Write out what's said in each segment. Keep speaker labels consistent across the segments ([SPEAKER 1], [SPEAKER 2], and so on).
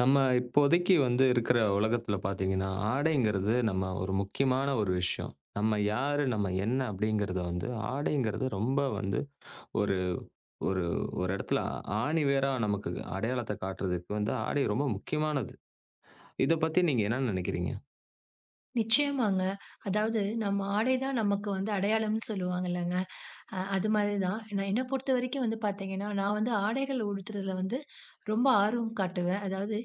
[SPEAKER 1] நம்ம இப்போதைக்கு வந்து இருக்கிற உலகத்துல பார்த்தீங்கன்னா, ஆடைங்கிறது நம்ம ஒரு முக்கியமான ஒரு விஷயம். நம்ம யாரு, நம்ம என்ன அப்படிங்கிறத வந்து ஆடைங்கிறது ரொம்ப வந்து ஒரு ஒரு ஒரு இடத்துல ஆணி வேரா நமக்கு அடையாளத்த காட்டுறதுக்கு வந்து ஆடை ரொம்ப முக்கியமானது. இத பத்தி நீங்க என்ன நினைக்கிறீங்க?
[SPEAKER 2] நிச்சயமாங்க. அதாவது நம்ம ஆடை தான் நமக்கு வந்து அடையாளம்னு சொல்லுவாங்க இல்லங்க. அது மாதிரி தான். நான் என்ன பொறுத்தவரைக்கும் வந்து பார்த்தீங்கன்னா, நான் வந்து ஆடைகள் உடுத்துறதுல வந்து ரொம்ப ஆர்வம் காட்டுவேன். அதாவது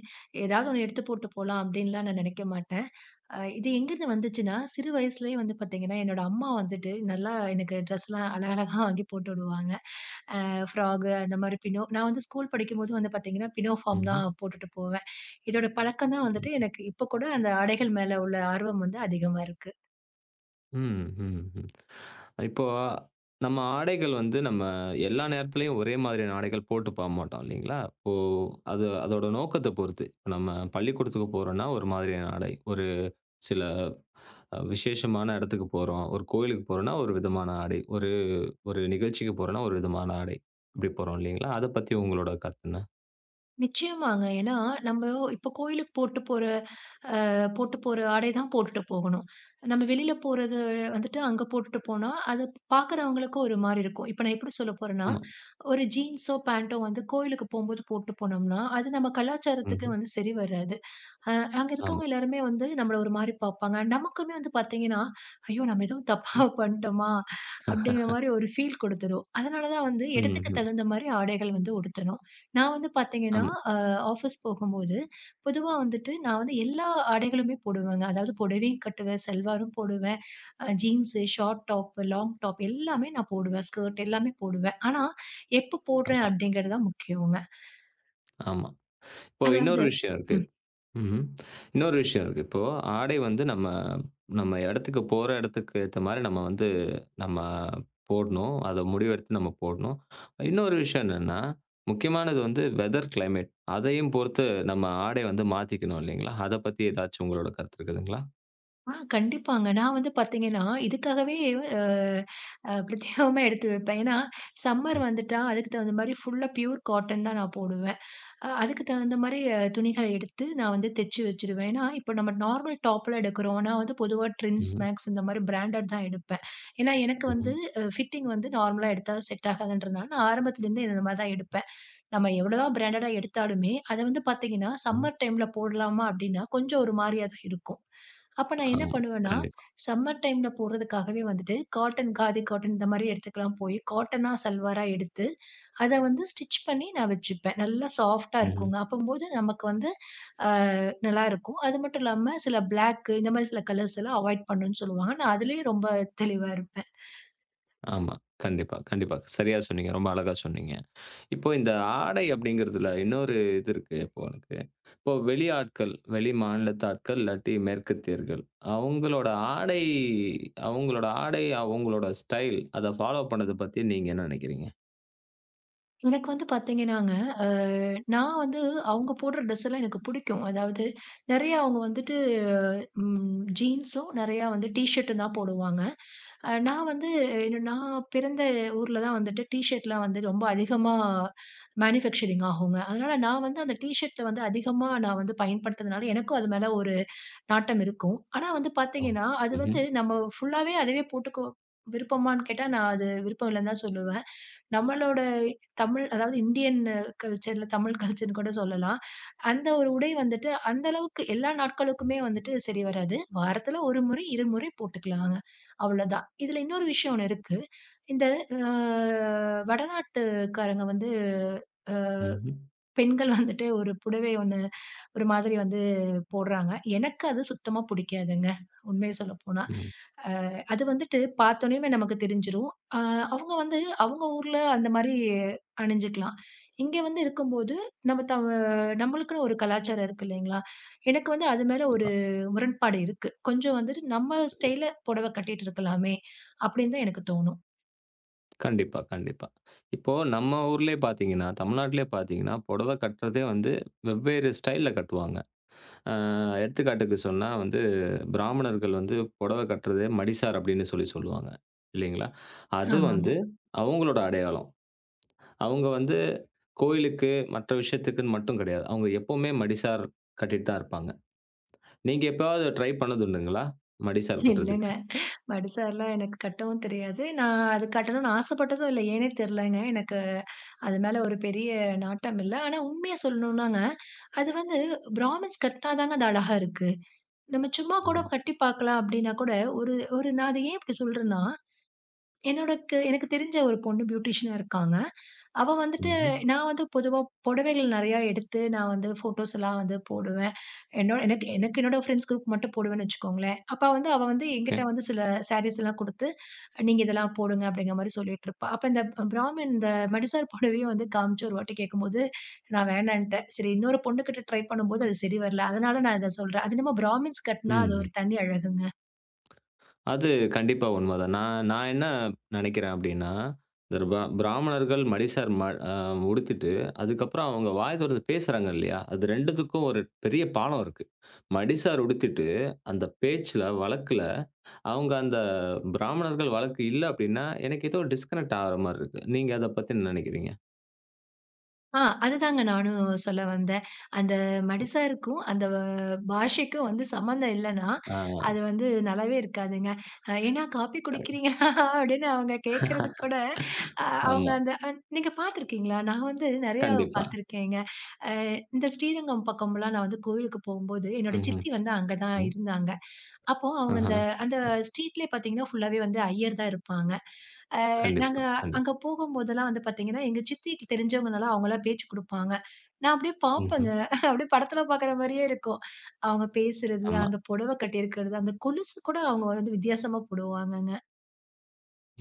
[SPEAKER 2] ஏதாவது ஒண்ணு எடுத்து போட்டு போலாம் அப்டின்லாம் நான் நெனைக்க மாட்டேன். இது எங்கருந்து வந்துச்சுன்னா, சிறு வயசுலயே வந்து பார்த்தீங்கன்னா, என்னோட அம்மா வந்துட்டு நல்லா எனக்கு ட்ரெஸ்லாம் அழகழகா வாங்கி போட்டு விடுவாங்க. ஃப்ராகு அந்த மாரி பினோ நான் வந்து ஸ்கூல் படிக்கும்போது வந்து பார்த்தீங்கன்னா, பினோ ஃபார்ம்
[SPEAKER 1] ம்ஹ்ம்.
[SPEAKER 2] தான் போட்டுட்டு போவேன். இதோட பழக்கம் தான் வந்துட்டு எனக்கு இப்ப கூட அந்த ஆடைகள் மேல உள்ள ஆர்வம் வந்து அதிகமா இருக்கு.
[SPEAKER 1] ம், ம், ம். இப்போ நம்ம ஆடைகள் வந்து நம்ம எல்லா நேரத்துலயும் ஒரே மாதிரியான ஆடைகள் போட்டு போ மாட்டோம் இல்லைங்களா? இப்போ அது அதோட நோக்கத்த பொறுத்து. இப்போ நம்ம பள்ளிக்கூடத்துக்கு போறோம்னா ஒரு மாதிரியான ஆடை. ஒரு சில விசேஷமான இடத்துக்கு போறோம். ஒரு கோயிலுக்கு போறோம்னா, ஒரு விதமான ஆடை. ஒரு ஒரு நிகழ்ச்சிக்கு போறோம்னா, ஒரு விதமான ஆடை. இப்படி போறோம் இல்லைங்களா? அத பத்தி உங்களோட கருத்து என்ன?
[SPEAKER 2] நிச்சயமாங்க. ஏன்னா, நம்ம இப்ப கோயிலுக்கு போட்டு போற போட்டு போற ஆடை தான் போட்டுட்டு போகணும். நம்ம வெளியில போறது வந்துட்டு அங்க போட்டுட்டு போனா, அது பார்க்குறவங்களுக்கும் ஒரு மாரி இருக்கும். இப்ப நான் எப்படி சொல்ல போறேன்னா,
[SPEAKER 1] ஆமா.
[SPEAKER 2] ஒரு ஜீன்ஸோ, பேண்டோ வந்து கோயிலுக்கு போம்போது போட்டு போனோம்னா, அது நம்ம கலாச்சாரத்துக்கு
[SPEAKER 1] ம்ஹ்ம்.
[SPEAKER 2] வந்து சரி வராது. அ அங்க
[SPEAKER 1] ஆமா.
[SPEAKER 2] இருக்கவங்க எல்லாருமே வந்து நம்மள ஒரு மாரி பார்ப்பாங்க. நமக்குமே வந்து பார்த்தீங்கன்னா, ஐயோ! நம்ம எதுவும் தப்பா
[SPEAKER 1] ம்.
[SPEAKER 2] பண்ட்டோமா? அப்படிங்கிற மாரி ஒரு ஃபீல் குடுத்துரும். அதனால தான் வந்து இடத்துக்கு
[SPEAKER 1] ம்ஹ்ம்.
[SPEAKER 2] தகுந்த மாரி ஆடைகள் வந்து உடுத்தணும். நான் வந்து பார்த்தீங்கன்னா,
[SPEAKER 1] ஆமா,
[SPEAKER 2] அ ஆஃபீஸ் போகும்போது, பொதுவா வந்துட்டு நான் வந்து எல்லா ஆடைகளுமே போடுவேங்க. அதாவது புடவையும் கட்டுவேன், சல்வாரும் போடுவேன், jeans, short top, long top எல்லாமே நான் போடுவேன். ஸ்கர்ட் எல்லாமே போடுவேன். ஆனா, எப்ப போடுறேன்
[SPEAKER 1] ஆமா,
[SPEAKER 2] அப்படிங்கிறது தான் முக்கியங்க.
[SPEAKER 1] ஆமா. இப்போ
[SPEAKER 2] அதாவது
[SPEAKER 1] இன்னொரு விஷயம் இருக்கு.
[SPEAKER 2] ம்.
[SPEAKER 1] ம்ஹ்ம். இன்னொரு விஷயம் இருக்கு. இப்போ ஆடை வந்து நம்ம நம்ம இடத்துக்கு போற இடத்துக்கு ஏத்த மாரி நம்ம வந்து நம்ம போடணும். அத முடிவெடுத்து நம்ம போடணும். இன்னொரு விஷயம் என்னன்னா, முக்கியமானது வந்து வெதர் கிளைமேட். அதையும் பொறுத்து நம்ம ஆடை வந்து மாத்திக்கணும் இல்லைங்களா? அத பத்தி ஏதாச்சும் உங்களோட கருத்து இருக்குதுங்களா?
[SPEAKER 2] ஆ கண்டிப்பாங்க. நான் வந்து பார்த்தீங்கன்னா, இதுக்காகவே அ அ பிரத்யேகமா எடுத்து வைப்பேன். ஏன்னா, சம்மர்
[SPEAKER 1] ம்.
[SPEAKER 2] வந்துட்டா அதுக்கு தகுந்த மாரி ஃபுல்லா பியூர் காட்டன் தான் நான் போடுவேன். அதுக்கு தகுந்த மாரி துணிகள எடுத்து நான் வந்து தச்சு வச்சுருவேன். ஏன்னா, இப்போ நம்ம நார்மல் டாப்லாம் எடுக்கிறோம். நான் வந்து பொதுவா ட்ரெண்ட்ஸ்,
[SPEAKER 1] ம்.
[SPEAKER 2] மேக்ஸ் இந்த மாரி பிராண்டட் தான் எடுப்பேன். ஏன்னா, எனக்கு வந்து
[SPEAKER 1] ம்ஹ்ம்.
[SPEAKER 2] ஃபிட்டிங் வந்து நார்மலா எடுத்தா செட் ஆகாதுன்றதுனால நான் ஆரம்பத்துலேருந்தே இந்த மாரி தான் எடுப்பேன். நம்ம எவ்வளோதான் பிராண்டடா எடுத்தாலுமே, அத வந்து பார்த்தீங்கன்னா,
[SPEAKER 1] ம்.
[SPEAKER 2] சம்மர் டைம்ல போடலாமா அப்படின்னா, கொஞ்சம் ஒரு மாரியா தான் இருக்கும். அப்ப நான் என்ன
[SPEAKER 1] ஆமா.
[SPEAKER 2] பண்ணுவேன்னா,
[SPEAKER 1] கண்டிப்பா.
[SPEAKER 2] சம்மர் டைம்ல போடுறதுக்காகவே வந்துட்டு காட்டன், காதி காட்டன் இந்த மாரி இடத்துக்குலாம் போய் காட்டனா சல்வாரா எடுத்து, அத வந்து ஸ்டிட்ச் பண்ணி நான் வச்சுப்பேன். நல்லா சாஃப்ட்டா
[SPEAKER 1] ம்ஹ்ம்.
[SPEAKER 2] இருக்குங்க. அப்பம்போது நமக்கு வந்து அ நல்லாயிருக்கும். அது மட்டும் இல்லாம சில பிளாக்கு இந்த மாரி சில கலர்ஸ் எல்லாம் அவாய்ட் பண்ணணும்னு சொல்லுவாங்க. நான் அதிலேயே ரொம்ப தெளிவா இருப்பேன்.
[SPEAKER 1] ஆமா. கண்டிப்பா, கண்டிப்பா. சரியா சொன்னீங்க. ரொம்ப அழகா சொன்னீங்க. இப்போ இந்த ஆடை அப்படிங்கிறதுல இன்னொரு இது இருக்கு. இப்போ உனக்கு. இப்போ வெளி ஆட்கள், வெளி மாநிலத்து ஆட்கள் இல்லாட்டி மேற்கத்தியர்கள். அவங்களோட ஆடை அவங்களோட ஆடை, அவங்களோட ஸ்டைல் அத ஃபாலோ பண்ணத பத்தி நீங்க என்ன நெனைக்கிறீங்க?
[SPEAKER 2] எனக்கு வந்து பார்த்தீங்கன்னாங்க, அ நான் வந்து அவங்க போடுற ட்ரெஸ் எல்லாம் எனக்கு பிடிக்கும். அதாவது நெறைய அவங்க வந்துட்டு ஜீன்ஸும், நெறையா வந்து டீ ஷர்ட்டும் தான் போடுவாங்க. நான் வந்து என்ன நான் பிறந்த ஊர்ல தான் வந்துட்டு டீ ஷர்ட்லாம் வந்து ரொம்ப அதிகமா மேனுஃபேக்சரிங் ஆகுங்க. அதனால நான் வந்து அந்த டீ ஷர்ட்ட வந்து அதிகமா நான் வந்து பயன்படுத்துறதுனால, எனக்கும் அது மேல ஒரு நாட்டம் இருக்கும். ஆனா வந்து
[SPEAKER 1] ம்.
[SPEAKER 2] பார்த்தீங்கன்னா, அது
[SPEAKER 1] ம்ஹ்ம்.
[SPEAKER 2] வந்து நம்ம ஃபுல்லாவே அதுவே போட்டுக்க விருப்பமான்னு கேட்டா, நான் அது விருப்பம் இல்லன்னு தான் சொல்லுவேன். நம்மளோட தமிழ் அதாவது இந்தியன் கல்ச்சர்ல தமிழ் கல்ச்சர்ன்னு கூட சொல்லலாம். அந்த ஒரு உடை வந்துட்டு அந்த அளவுக்கு எல்லா நாட்களுக்குமே வந்துட்டு சரி வராது. வாரத்துல 1 முறை, 2 முறை போட்டுக்கலாங்க. அவ்வளோதான். இதுல இன்னொரு விஷயம் ஒண்ணு இருக்கு. இந்த அ வடநாட்டுக்காரங்க வந்து அ
[SPEAKER 1] ம்ஹ்ம்.
[SPEAKER 2] பெண்கள் வந்துட்டு ஒரு புடவை ஒண்ணு ஒரு மாதிரி வந்து போடுறாங்க. எனக்கு அது சுத்தமா புடிக்காதுங்க. உண்மைய சொல்லப்போனா.
[SPEAKER 1] ம்.
[SPEAKER 2] அது வந்துட்டு பார்த்தோனேயுமே நமக்கு தெரிஞ்சிரும். அவங்க வந்து அவங்க ஊர்ல அந்த மாரி அணிஞ்சுக்கலாம். இங்க வந்து இருக்கும்போது, நம்ம நம்மளுக்குன்னு ஒரு கலாச்சாரம் இருக்கு இல்லைங்களா? எனக்கு வந்து அது மேல ஒரு
[SPEAKER 1] கண்டிப்பா.
[SPEAKER 2] முரண்பாடு இருக்கு. கொஞ்சம் வந்துட்டு நம்ம
[SPEAKER 1] கண்டிப்
[SPEAKER 2] ஸ்டைல்ல புடவை கட்டிட்டு இருக்கலாமே! அப்படின்னு தான் எனக்கு தோணும்.
[SPEAKER 1] கண்டிப்பா, கண்டிப்பா. இப்போ நம்ம ஊர்லயே பார்த்தீங்கன்னா, தமிழ்நாட்டிலேயே பார்த்தீங்கன்னா, புடவை கட்டுறதே வந்து வெவ்வேறு ஸ்டைல்ல கட்டுவாங்க. அ எடுத்துக்காட்டுக்கு சொன்னா வந்து, பிராமணர்கள் வந்து புடவ கட்டுறதே மடிசார் அப்படின்னு சொல்லி சொல்லுவாங்க. இல்லைங்களா? அது
[SPEAKER 2] ஆமாங்க.
[SPEAKER 1] வந்து அவங்களோட அடையாளம். அவங்க வந்து கோயிலுக்கு, மற்ற விஷயத்துக்குன்னு மட்டும் கிடையாது. அவங்க எப்பவுமே மடிசார் கட்டிட்டு தான் இருப்பாங்க. நீங்க எப்பயாவது ட்ரை பண்ணது உண்டுங்களா? மடிசார்
[SPEAKER 2] இல்லங்க.
[SPEAKER 1] கட்டுறதுக்கு?
[SPEAKER 2] படுசார்லாம் எனக்கு கட்டவும் தெரியாது. நான் அது கட்டணும்னு ஆசைப்பட்டதும் இல்ல. ஏன்னே தெரிலங்க. எனக்கு அது மேல ஒரு பெரிய நாட்டம் இல்ல. ஆனா உண்மைய சொல்லணும்னாங்க, அது வந்து பிராமின்ஸ் கட்னா தாங்க அது அழகா இருக்கு. நம்ம சும்மா கூட
[SPEAKER 1] ம்.
[SPEAKER 2] கட்டி பார்க்கலாம் அப்படின்னா கூட, ஒரு ஒரு நான் அத ஏன் இப்படி சொல்றேன்னா, என்னோடக்கு எனக்கு தெரிஞ்ச ஒரு பொண்ணு பியூட்டிஷியனா இருக்காங்க. அவ வந்துட்டு
[SPEAKER 1] ம்ஹ்ம்.
[SPEAKER 2] நான் வந்து பொதுவா புடவைகள் நெறையா எடுத்து நான் வந்து ஃபோட்டோஸ் எல்லாம் வந்து போடுவேன். என்னோட எனக்கு எனக்கு என்னோட ஃப்ரெண்ட்ஸ் குரூப் மட்டும் போடுவேன்னு வச்சுக்கோங்களேன். அப்ப வந்து அவ வந்து
[SPEAKER 1] ஓகே.
[SPEAKER 2] என்கிட்ட வந்து சில சாரீஸ் எல்லாம் குடுத்து, நீங்க இதெல்லாம் போடுங்க அப்படிங்கிற மாரி சொல்லிட்டுருப்பா. அப்ப இந்த பிராமின் இந்த மடிசார் புடவைய வந்து காமிச்சு ஒரு வாட்டி கேட்கும்போது, நான் வேணான்ட்டேன். சரி இன்னொரு பொண்ணுகிட்ட ட்ரை பண்ணும்போது அது சரி வரல. அதனால நான் இத சொல்றேன். அது என்னமோ பிராமின்ஸ் கட்னா அது
[SPEAKER 1] ம்.
[SPEAKER 2] ஒரு தனி அழகுங்க.
[SPEAKER 1] அது கண்டிப்பா உண்மதான். நான் நான் என்ன நெனைக்கிறேன் அப்டின்னா, இந்த பிராமணர்கள் மடிசார் ம அ உடுத்திட்டு, அதுக்கப்புறம் அவங்க வாய் தொறந்து பேசுறாங்க இல்லையா? அது 2த்துக்கும் ஒரு பெரிய பாலம் இருக்கு. மடிசார் உடுத்திட்டு, அந்த பேச்சுல, வழக்குல அவங்க அந்த பிராமணர்கள் வழக்கு இல்ல அப்டின்னா, எனக்கு ஏதோ டிஸ்கனெக்ட் ஆகுற மாரி இருக்கு. நீங்க அத பத்தி என்ன நெனைக்கிறீங்க?
[SPEAKER 2] ஆ அதுதாங்க நானும் சொல்ல வந்தேன். அந்த மடிசாருக்கும், அந்த பாஷைக்கும் வந்து சம்மந்தம் இல்லன்னா,
[SPEAKER 1] ஆ
[SPEAKER 2] அது வந்து நல்லாவே இருக்காதுங்க. "ஏன்னா காப்பி
[SPEAKER 1] கரெக்ட்.
[SPEAKER 2] குடிக்கிறீங்களா?" அப்படின்னு அவங்க கேட்கறதுக்கு கூட, அ அவங்க
[SPEAKER 1] ஆமா.
[SPEAKER 2] அந்த அ நீங்க பார்த்துருக்கீங்களா? நான் வந்து நெறையா
[SPEAKER 1] கண்டிப்பா.
[SPEAKER 2] பார்த்துருக்கேங்க. அ இந்த ஸ்ரீரங்கம் பக்கம்லாம் நான் வந்து கோயிலுக்கு போகும்போது, என்னோட
[SPEAKER 1] ம்ஹ்ம்.
[SPEAKER 2] சித்தி வந்து அங்க தான்
[SPEAKER 1] ம்.
[SPEAKER 2] இருந்தாங்க. அப்போ அவங்க
[SPEAKER 1] ஆஹா.
[SPEAKER 2] அந்த அந்த ஸ்ட்ரீட்லயே பார்த்தீங்கன்னா, ஃபுல்லாவே வந்து ஐயர் தான் இருப்பாங்க. அ நாங்க
[SPEAKER 1] கண்டிப்பா,
[SPEAKER 2] அங்க
[SPEAKER 1] கண்டிப்பா.
[SPEAKER 2] போகும்போதெல்லாம் வந்து பார்த்தீங்கன்னா, எங்க சித்திக்கு தெரிஞ்சவங்கனால அவங்கலாம் பேச்சு குடுப்பாங்க. நான் அப்படியே பார்ப்பேங்க.
[SPEAKER 1] ம்ஹ்ம்.
[SPEAKER 2] அப்படியே படத்துல பார்க்குற மாரியே இருக்கும். அவங்க பேசுறது,
[SPEAKER 1] ஆமா.
[SPEAKER 2] அந்த புடவை கட்டியிருக்கிறது, அந்த கொலுசு கூட அவங்க வந்து வித்தியாசமா போடுவாங்கங்க.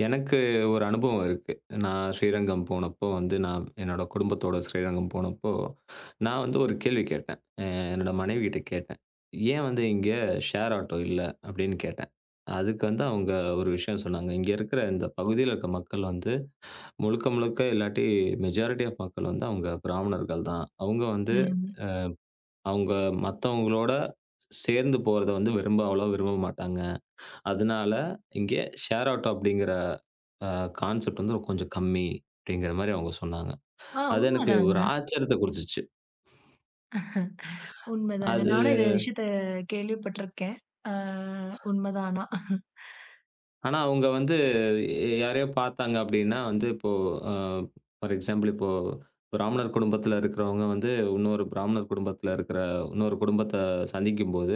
[SPEAKER 1] எனக்கு ஒரு அனுபவம் இருக்கு. நான் ஸ்ரீரங்கம் போனப்போ வந்து, நான் என்னோட குடும்பத்தோட ஸ்ரீரங்கம் போனப்போ, நான் வந்து ஒரு கேள்வி கேட்டேன். என்னோட மனைவிகிட்ட கேட்டேன். "ஏன் வந்து இங்க ஷேர் ஆட்டோ இல்ல?" அப்படின்னு கேட்டேன். அதுக்கு வந்து அவங்க ஒரு விஷயம் சொன்னாங்க. இங்க இருக்கிற இந்த பகுதியில இருக்க மக்கள் வந்து, முழுக்க முழுக்க இல்லாட்டி மெஜாரிட்டி ஆஃப் மக்கள் வந்து அவங்க பிராமணர்கள் தான். அவங்க வந்து
[SPEAKER 2] ம்.
[SPEAKER 1] அவங்க மத்தவங்களோட சேர்ந்து போறத வந்து விரும்ப அவ்வளவா விரும்ப மாட்டாங்க. அதனால இங்கே ஷேர் ஆட்டோ அப்படிங்கிற அ கான்செப்ட் வந்து கொஞ்சம் கம்மி அப்படிங்கிற மாரி அவங்க சொன்னாங்க.
[SPEAKER 2] ஆ
[SPEAKER 1] அது எனக்கு ஒரு
[SPEAKER 2] உண்மதாங்க,
[SPEAKER 1] ஆச்சரியத்த குடுத்துச்சு.
[SPEAKER 2] உண்மதாங்க.
[SPEAKER 1] அது
[SPEAKER 2] நானும் இந்த விஷயத்த கேள்விப்பட்டுருக்கேன். ஆ உண்மதான் ஆனா.
[SPEAKER 1] ஆனா அவங்க வந்து யாரையோ பார்த்தாங்க அப்படின்னா வந்து இப்போ அ ஃபார் எக்ஸாம்பிள் இப்போ பிராமணர் குடும்பத்தில இருக்கிறவங்க வந்து இன்னொரு பிராமணர் குடும்பத்தில இருக்கிற இன்னொரு குடும்பத்த சந்திக்கும்போது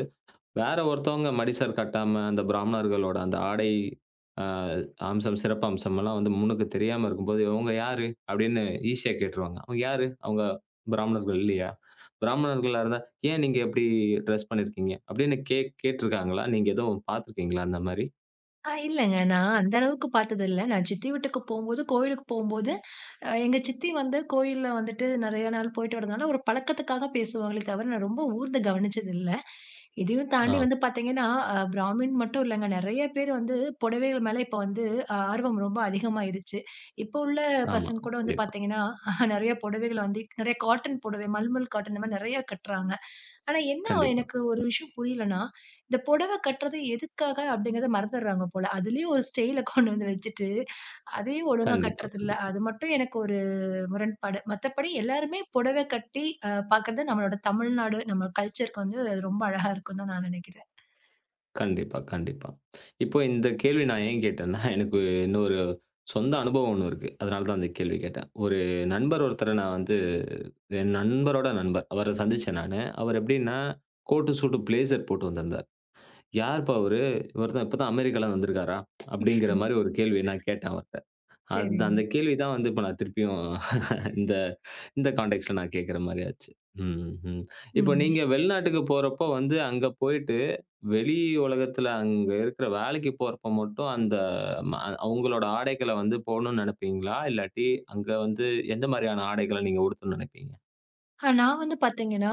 [SPEAKER 1] வேற ஒருத்தவங்க மடிசர் கட்டாம, அந்த பிராமணர்களோட அந்த ஆடை அ அம்சம், சிறப்பம்சம் எல்லாம் வந்து முன்னுக்கு தெரியாம இருக்கும்போது, "இவங்க யாரு?" அப்படின்னு ஈஸியா கேட்டுருவாங்க. "அவங்க யாரு? அவங்க பிராமணர்கள் இல்லையா? பிராமணர்களா இருந்தா, ஏன் நீங்க இப்படி டிரெஸ் பண்ணியிருக்கீங்க?" அப்படின்னு கேட்டுருக்காங்களா? நீங்க எதுவும் பார்த்துருக்கீங்களா அந்த மாரி?
[SPEAKER 2] ஆ இல்லங்க. நான் அந்த அளவுக்கு பார்த்ததில்ல. நான் சித்தி வீட்டுக்கு போம்போது, கோயிலுக்கு போம்போது எங்க சித்தி வந்து கோயில்ல வந்துட்டு நெறைய நாள் போயிட்டு வரதுனால, ஒரு பழக்கத்துக்காக பேசுவாங்களே தவிர, நான் ரொம்ப ஊர்ந்து கவனிச்சது இல்ல. இதையும்
[SPEAKER 1] ஆ.
[SPEAKER 2] தாண்டி வந்து பார்த்தீங்கன்னா, பிராமின் மட்டும் இல்லங்க. நெறைய பேர் வந்து புடவைகள் மேல இப்ப வந்து ஆர்வம் ரொம்ப அதிகமாயிருச்சு. இப்போ உள்ள
[SPEAKER 1] ஆமா.
[SPEAKER 2] பசங்க கூட வந்து
[SPEAKER 1] கண்டிப்பா.
[SPEAKER 2] பார்த்தீங்கன்னா, நெறைய புடவைகள வந்து நெறைய காட்டன் புடவை, மல்மல் காட்டன் இந்த மாரி நெறைய கட்டுறாங்க. ஆனா என்ன
[SPEAKER 1] கண்டிப்பா.
[SPEAKER 2] எனக்கு ஒரு விஷயம் புரியலன்னா, இந்த புடவ கட்டுறது எதுக்காக அப்படிங்கிறத மறந்துடுறாங்க போல. அதுலயும் ஒரு ஸ்டைல கொண்டு வந்து வச்சுட்டு, அதையும் ஒழுங்கா
[SPEAKER 1] கண்டிப்பா,
[SPEAKER 2] கட்டுறதில்ல.
[SPEAKER 1] கண்டிப்பா.
[SPEAKER 2] அது மட்டும் எனக்கு ஒரு முரண்பாடு. மத்தபடி எல்லாருமே புடவை கட்டி பார்க்கறது நம்மளோட தமிழ்நாடு, நம்ம கல்ச்சருக்கு வந்து அது ரொம்ப அழகா இருக்குன்னு தான் நான் நினைக்கிறேன்.
[SPEAKER 1] கண்டிப்பா, கண்டிப்பா. இப்போ இந்த கேள்வி நான் ஏன் கேட்டேன்னா, எனக்கு இன்னொரு சொந்த அனுபவம் ஒண்ணு இருக்கு. அதனால தான் அந்த கேள்வி கேட்டேன். ஒரு நண்பர் ஒருத்தர நான் வந்து என் நண்பரோட நண்பர். அவர சந்திச்சேன் நானு. அவர் எப்படின்னா, கோட்டு, சூட்டு, பிளேசர் போட்டு வந்திருந்தார். "யாருப்பா இவரு? இவர் தான் இப்ப தான் அமெரிக்காலருந்து வந்திருக்காரா?" அப்படிங்கிற மாரி ஒரு கேள்வி நான் கேட்டேன் அவர்ட்ட. அது
[SPEAKER 2] சரிங்க.
[SPEAKER 1] அந்த கேள்வி தான் வந்து இப்ப நான் திருப்பியும் இந்த இந்த கான்டெக்ஸ்ட்ல நான் கேட்கிற மாரி ஆச்சு. ம், ம். இப்போ
[SPEAKER 2] ம்.
[SPEAKER 1] நீங்க வெளிநாட்டுக்கு போறப்போ வந்து அங்க போயிட்டு, வெளி உலகத்துல அங்க இருக்கிற வேலைக்கு போறப்போ மட்டும் அந்த ம உங்களோட ஆடைகள வந்து போடணும்னு நெனைப்பீங்களா? இல்லாட்டி அங்க வந்து எந்த மாரியான ஆடைகள நீங்க உடுத்தணும்னு நெனைப்பீங்க?
[SPEAKER 2] நான் வந்து பார்த்தீங்கன்னா,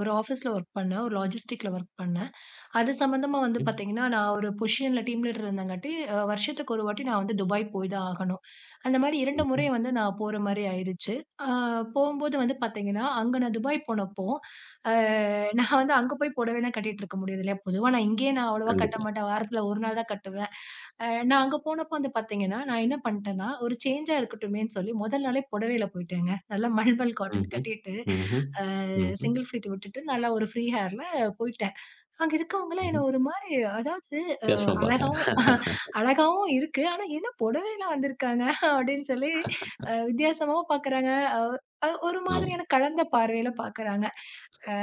[SPEAKER 2] ஒரு ஆஃபீஸ்ல வொர்க் பண்ணேன். ஒரு லாஜிஸ்டிக்ல வொர்க் பண்ணேன். அது சம்மந்தமா வந்து
[SPEAKER 1] ம்,
[SPEAKER 2] பார்த்தீங்கன்னா, நான் ஒரு பொசிஷன்ல டீம் லீடர் இருந்தங்காட்டி, வருஷத்துக்கு ஒரு வாட்டி நான் வந்து துபாய் போய் தான் ஆகணும். அந்த மாரி 2 முறை
[SPEAKER 1] ம்ஹ்ம்.
[SPEAKER 2] வந்து நான் போற மாரி ஆயிடுச்சு. அ போம்போது வந்து பார்த்தீங்கன்னா, அங்க நான் துபாய் போனப்போ, அ நான் வந்து அங்க போய் புடவைலாம் கட்டிட்டு இருக்க முடியாது இல்லையா? பொதுவா நான் இங்கேயே நான் அவ்வளவா கட்ட
[SPEAKER 1] கண்டிப்பா.
[SPEAKER 2] மாட்டேன். வாரத்துல 1 நாள் தான் கட்டுவேன். நான் அங்க போனப்போ வந்து பார்த்தீங்கன்னா, நான் என்ன பண்ட்டேன்னா, ஒரு சேஞ்சா இருக்கட்டுமேன்னு சொல்லி முதல் நாளே புடவையில போயிட்டேங்க. நல்லா மல்மல் காட்டன்
[SPEAKER 1] ம்ஹ்ம்.
[SPEAKER 2] கட்டிட்டு,
[SPEAKER 1] ம்ஹ்ம்.
[SPEAKER 2] அ
[SPEAKER 1] ம்ஹ்ம்.
[SPEAKER 2] சிங்கிள் ஃபீட் விட்டுட்டு, நல்லா ஒரு ஃப்ரீ ஹேர்ல போயிட்டேன். அங்க இருக்கவங்கலாம்
[SPEAKER 1] ம்ஹ்ம்.
[SPEAKER 2] என்ன ஒரு மாரி அதாவது
[SPEAKER 1] வித்தியாசமா
[SPEAKER 2] அழகாவும்
[SPEAKER 1] பார்த்தாங்க.
[SPEAKER 2] அழகாவும் இருக்கு. ஆனா என்ன புடவைலாம் வந்திருக்காங்க அப்டின்னு சொல்லி வித்தியாசமாவும் பாக்குறாங்க. அவ் அ ஒரு
[SPEAKER 1] ஆமா,
[SPEAKER 2] மாதிரியான கலந்த பார்வையில பாக்குறாங்க.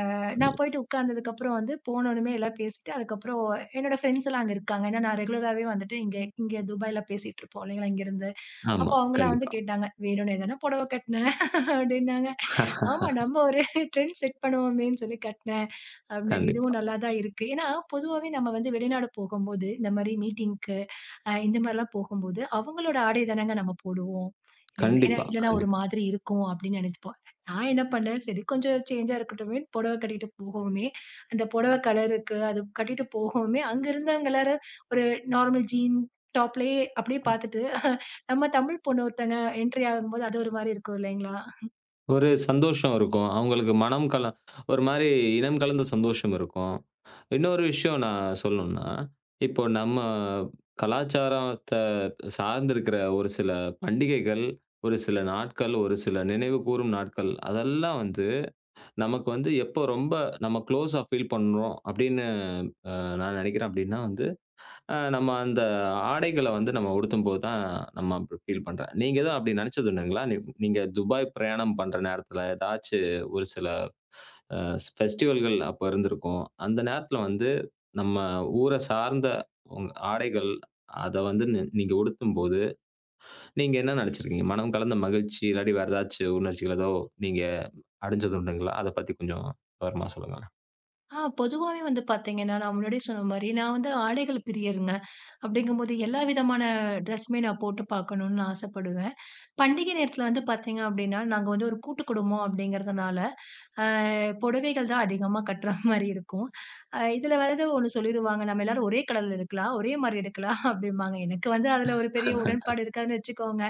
[SPEAKER 1] ஆமா.
[SPEAKER 2] நான் போயிட்டு உட்கார்ந்ததுக்கப்புறம் வந்து போனோனமே எல்லாம் பேசிட்டு அதுக்கப்புறம் என்னோட ஃப்ரெண்ட்ஸ் எல்லாம் அங்க இருக்காங்க. ஏன்னா நான் ரெகுலராவே வந்துட்டு இங்க இங்க துபாய்ல பேசிட்டு இருப்போம் இல்லைங்களா இங்கருந்து. அப்போ
[SPEAKER 1] ஆமா.
[SPEAKER 2] அவங்கலாம் வந்து
[SPEAKER 1] கண்டிப்பா,
[SPEAKER 2] கேட்டாங்க, "வேணுனே தானே புடவ கட்ன" அப்டின்னாங்க. ஆமா. நம்ம ஒரு ட்ரெண்ட் செட் பண்ணுவோமேன்னு சொல்லி கட்னேன். அப்டினாங்க.
[SPEAKER 1] கண்டிப்பா,
[SPEAKER 2] இதுவும் நல்லா தான் இருக்கு. ஏன்னா, பொதுவாவே நம்ம வந்து வெளிநாடு போகும்போது, இந்த மாரி மீட்டிங்க்கு, இந்த மாரிலாம் போகும்போது, அவங்களோட ஆடை தானங்க நம்ம போடுவோம். இல்லைங்களா? ஏன்னா
[SPEAKER 1] கண்டிப்பா,
[SPEAKER 2] இல்லன்னா ஒரு
[SPEAKER 1] கண்டிப்பா.
[SPEAKER 2] மாதிரி இருக்கும் அப்டின்னு நெனச்சுப்போம். நான் என்ன பண்ணேன், சரி கொஞ்சம் சேஞ்சா இருக்கட்டுமேன்னு புடவ கட்டிட்டு போகவுமே, அந்த புடவ கலருக்கு அது கட்டிட்டு போகவுமே, அங்க இருந்தவங்க எல்லாரும் ஒரு நார்மல் டாப்லயே அப்டியே பாத்துட்டு, நம்ம தமிழ் பொண்ணு ஒருத்தங்க என்ட்ரி ஆகும்போது அது ஒரு மாரி இருக்கும் இல்லைங்களா?
[SPEAKER 1] ஒரு சந்தோஷம் இருக்கும். அவங்களுக்கு மனம் ஒரு மாரி இனம் கலந்த சந்தோஷம் இருக்கும். இன்னொரு விஷயம் நான் சொல்லணும்னா, இப்போ நம்ம கலாச்சாரத்த சார்ந்திருக்கிற ஒரு சில பண்டிகைகள், ஒரு சில நாட்கள், ஒரு சில நினைவுகூரும் நாட்கள், அதெல்லாம் வந்து நமக்கு வந்து எப்போ ரொம்ப நம்ம க்ளோஸா ஃபீல் பண்றோம் அப்படின்னு நான் நினைக்கிறேன் அப்படின்னா வந்து, நம்ம அந்த ஆடைகள வந்து நம்ம உடுத்தும்போது தான் நம்ம அப்படி ஃபீல் பண்றேன். நீங்க எதுவும் அப்படி நினைச்சது உண்டுங்களா? நீங்க துபாய் பிரயாணம் பண்ற நேரத்துல ஏதாச்சு ஒரு சில அ ஃபெஸ்டிவல்கள் அப்ப இருந்திருக்கும். அந்த நேரத்துல வந்து நம்ம ஊர சார்ந்த உங்க ஆடைகள் அத வந்து நீங்க உடுத்தும்போது, நீங்க என்ன நினைச்சிருக்கீங்க? மனம் கலந்த மகிழ்ச்சி, இல்லாட்டி வேற ஏதாச்சும் உணர்ச்சிகள் ஏதோ நீங்க அடைஞ்சது உண்டுங்களா? அத பத்தி கொஞ்சம் விவரமா சொல்லுங்களேன்.
[SPEAKER 2] ஆ பொதுவாவே வந்து பார்த்தீங்கன்னா, நான் முன்னாடியே சொன்ன மாரி, நான் வந்து ஆடைகள் பிரியருங்க. அப்படிங்கும்போது எல்லா விதமான ட்ரெஸ்மே நான் போட்டு பார்க்கணும்னு நான் ஆசைப்படுவேன். பண்டிகை நேரத்தில வந்து பார்த்தீங்க அப்படின்னா, நாங்க வந்து ஒரு கூட்டு குடும்பம் அப்படிங்கிறதுனால, அ புடவைகள் தான் அதிகமா கட்டுற மாரி இருக்கும். இதில வந்து ஒண்ணு சொல்லிருவாங்க, "நம்ம எல்லாரும் ஒரே கலர்ல எடுக்கலாம், ஒரே மாரி எடுக்கலாம்" அப்படிம்பாங்க. எனக்கு வந்து அதில ஒரு பெரிய உடன்பாடு இருக்காதுன்னு வச்சுக்கோங்க.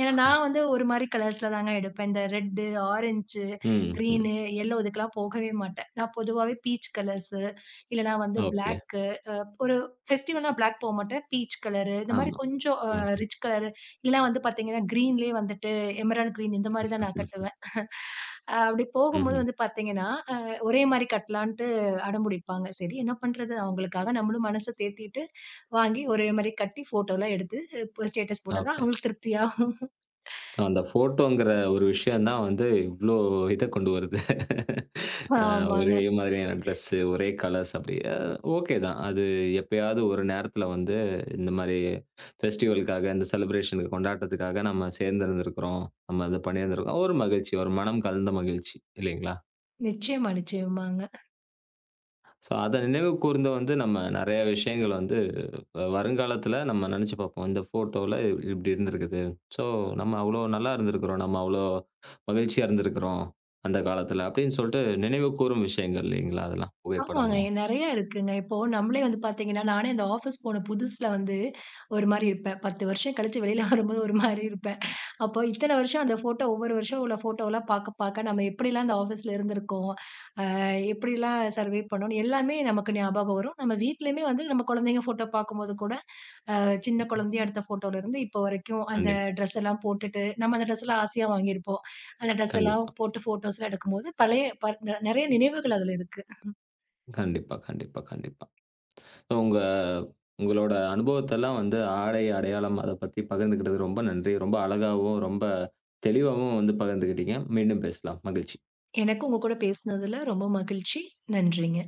[SPEAKER 2] ஏன்னா, நான் வந்து ஒரு மாரி கலர்ஸ்ல தாங்க எடுப்பேன். இந்த ரெட்டு, ஆரஞ்சு,
[SPEAKER 1] ம், ம்.
[SPEAKER 2] கிரீனு, எல்லோ இதுக்கெல்லாம் போகவே மாட்டேன். நான் பொதுவாவே பீச் கலர்ஸு, இல்லன்னா வந்து
[SPEAKER 1] ஓகே.
[SPEAKER 2] பிளாக்கு, அ ஒரு ஃபெஸ்டிவல்னா பிளாக் போமாட்டேன். பீச் கலரு, இந்த மாரி
[SPEAKER 1] ஆமா.
[SPEAKER 2] கொஞ்சம்
[SPEAKER 1] ம்.
[SPEAKER 2] ரிச் கலரு, இல்லன்னா வந்து பாத்தீங்கன்னா, கிரீன்லயே வந்துட்டு எமரால்ட் கிரீன் இந்த மாரி தான் நான்
[SPEAKER 1] ம்ஹ்ம்.
[SPEAKER 2] கட்டுவேன். அப்படி போகும்போது வந்து பாத்தீங்கன்னா, அ ஒரே மாரி கட்டலான்ட்டு அடம்புடிப்பாங்க. சரி என்ன பண்றது? அவங்களுக்காக நம்மளும் மனச தேத்திட்டு, வாங்கி ஒரே மாரி கட்டி ஃபோட்டோலாம் எடுத்து, இப்ப ஸ்டேட்டஸ் போட்டா தான்
[SPEAKER 1] ஓகே.
[SPEAKER 2] அவங்களுக்கு திருப்தியாகும்.
[SPEAKER 1] ஸோ, அந்த ஃபோட்டோங்கிற ஒரு விஷயம் தான் வந்து இவ்ளோ இத கொண்டு வருது. அ ஒரே
[SPEAKER 2] ஆமாங்க.
[SPEAKER 1] மாதிரியான ட்ரெஸ்ஸு, ஒரே கலர்ஸ் அப்படி ஓகே தான். அது எப்பயாவது ஒரு நேரத்தில வந்து இந்த மாரி ஃபெஸ்டிவலுக்காக, இந்த செலிப்ரேஷனுக்கு கொண்டாட்டத்துக்காக நம்ம சேர்ந்திருந்திருக்கிறோம். நம்ம அத பண்ணியிருந்திருக்கோம். ஒரு மகிழ்ச்சி, ஒரு மனம் கலந்த மகிழ்ச்சி இல்லைங்களா?
[SPEAKER 2] நிச்சயமா, நிச்சயமாங்க.
[SPEAKER 1] ஸோ, அத நினைவு கூர்ந்து வந்து நம்ம நெறைய விஷயங்கள் வந்து வருங்காலத்துல நம்ம நெனச்சு பாப்போம். இந்த ஃபோட்டோல இப்டி இருந்திருக்குது. ஸோ நம்ம அவ்ளோ நல்லா இருந்திருக்கிறோம். நம்ம அவ்ளோ மகிழ்ச்சியா இருந்திருக்கிறோம். அந்த காலத்துல அப்டின்னு சொல்ட்டு நினைவு கூரும் விஷயங்கள் இல்லைங்களா? அதெல்லாம்
[SPEAKER 2] ஆமாங்க.
[SPEAKER 1] புகைப்படம்லாம்.
[SPEAKER 2] நெறைய இருக்குங்க. இப்போ நம்மளே வந்து பார்த்தீங்கன்னா, நானே அந்த ஆஃபீஸ் போன புதுசுல வந்து ஒரு மாரி இருப்பேன். 10 வருஷம் கழிச்சு வெளியில வரும்போது ஒரு மாரி இருப்பேன். அப்போ இத்தன வருஷம் அந்த ஃபோட்டோ ஒவ்வொரு வருஷம் உள்ள ஃபோட்டோலாம் பார்க்க பார்க்க நம்ம எப்படிலாம் அந்த ஆஃபீஸ்ல இருந்திருக்கோம், அ எப்படிலாம் சர்வே பண்ணோம்னு எல்லாமே நமக்கு ஞாபகம் வரும். நம்ம வீட்லயுமே வந்து நம்ம குழந்தைங்க ஃபோட்டோ பார்க்கும்போது கூட அ சின்ன குழந்தையா எடுத்த ஃபோட்டோல இருந்து இப்போ வரைக்கும் அந்த
[SPEAKER 1] கண்டிப்பா,
[SPEAKER 2] ட்ரெஸ் எல்லாம் போட்டுட்டு, நம்ம அந்த ட்ரெஸ்லாம் ஆசையா வாங்கியிருப்போம். அந்த ட்ரெஸ் எல்லாம்
[SPEAKER 1] கண்டிப்பா,
[SPEAKER 2] போட்டு ஃபோட்டோஸ்லாம் எடுக்கும்போது பழைய நெறைய நினைவுகள் அதுல இருக்கு.
[SPEAKER 1] கண்டிப்பா, கண்டிப்பா, கண்டிப்பா. So, உங்க உங்களோட அனுபவத்தெல்லாம் வந்து ஆடை, அடையாளம் அத பத்தி பகிர்ந்துக்கிட்டது ரொம்ப நன்றி. ரொம்ப அழகாவும், ரொம்ப தெளிவாவும் வந்து பகிர்ந்துக்கிட்டீங்க. மீண்டும் பேசலாம். மகிழ்ச்சி.
[SPEAKER 2] எனக்கும் உங்க கூட பேசினதுல ரொம்ப மகிழ்ச்சி. நன்றிங்க.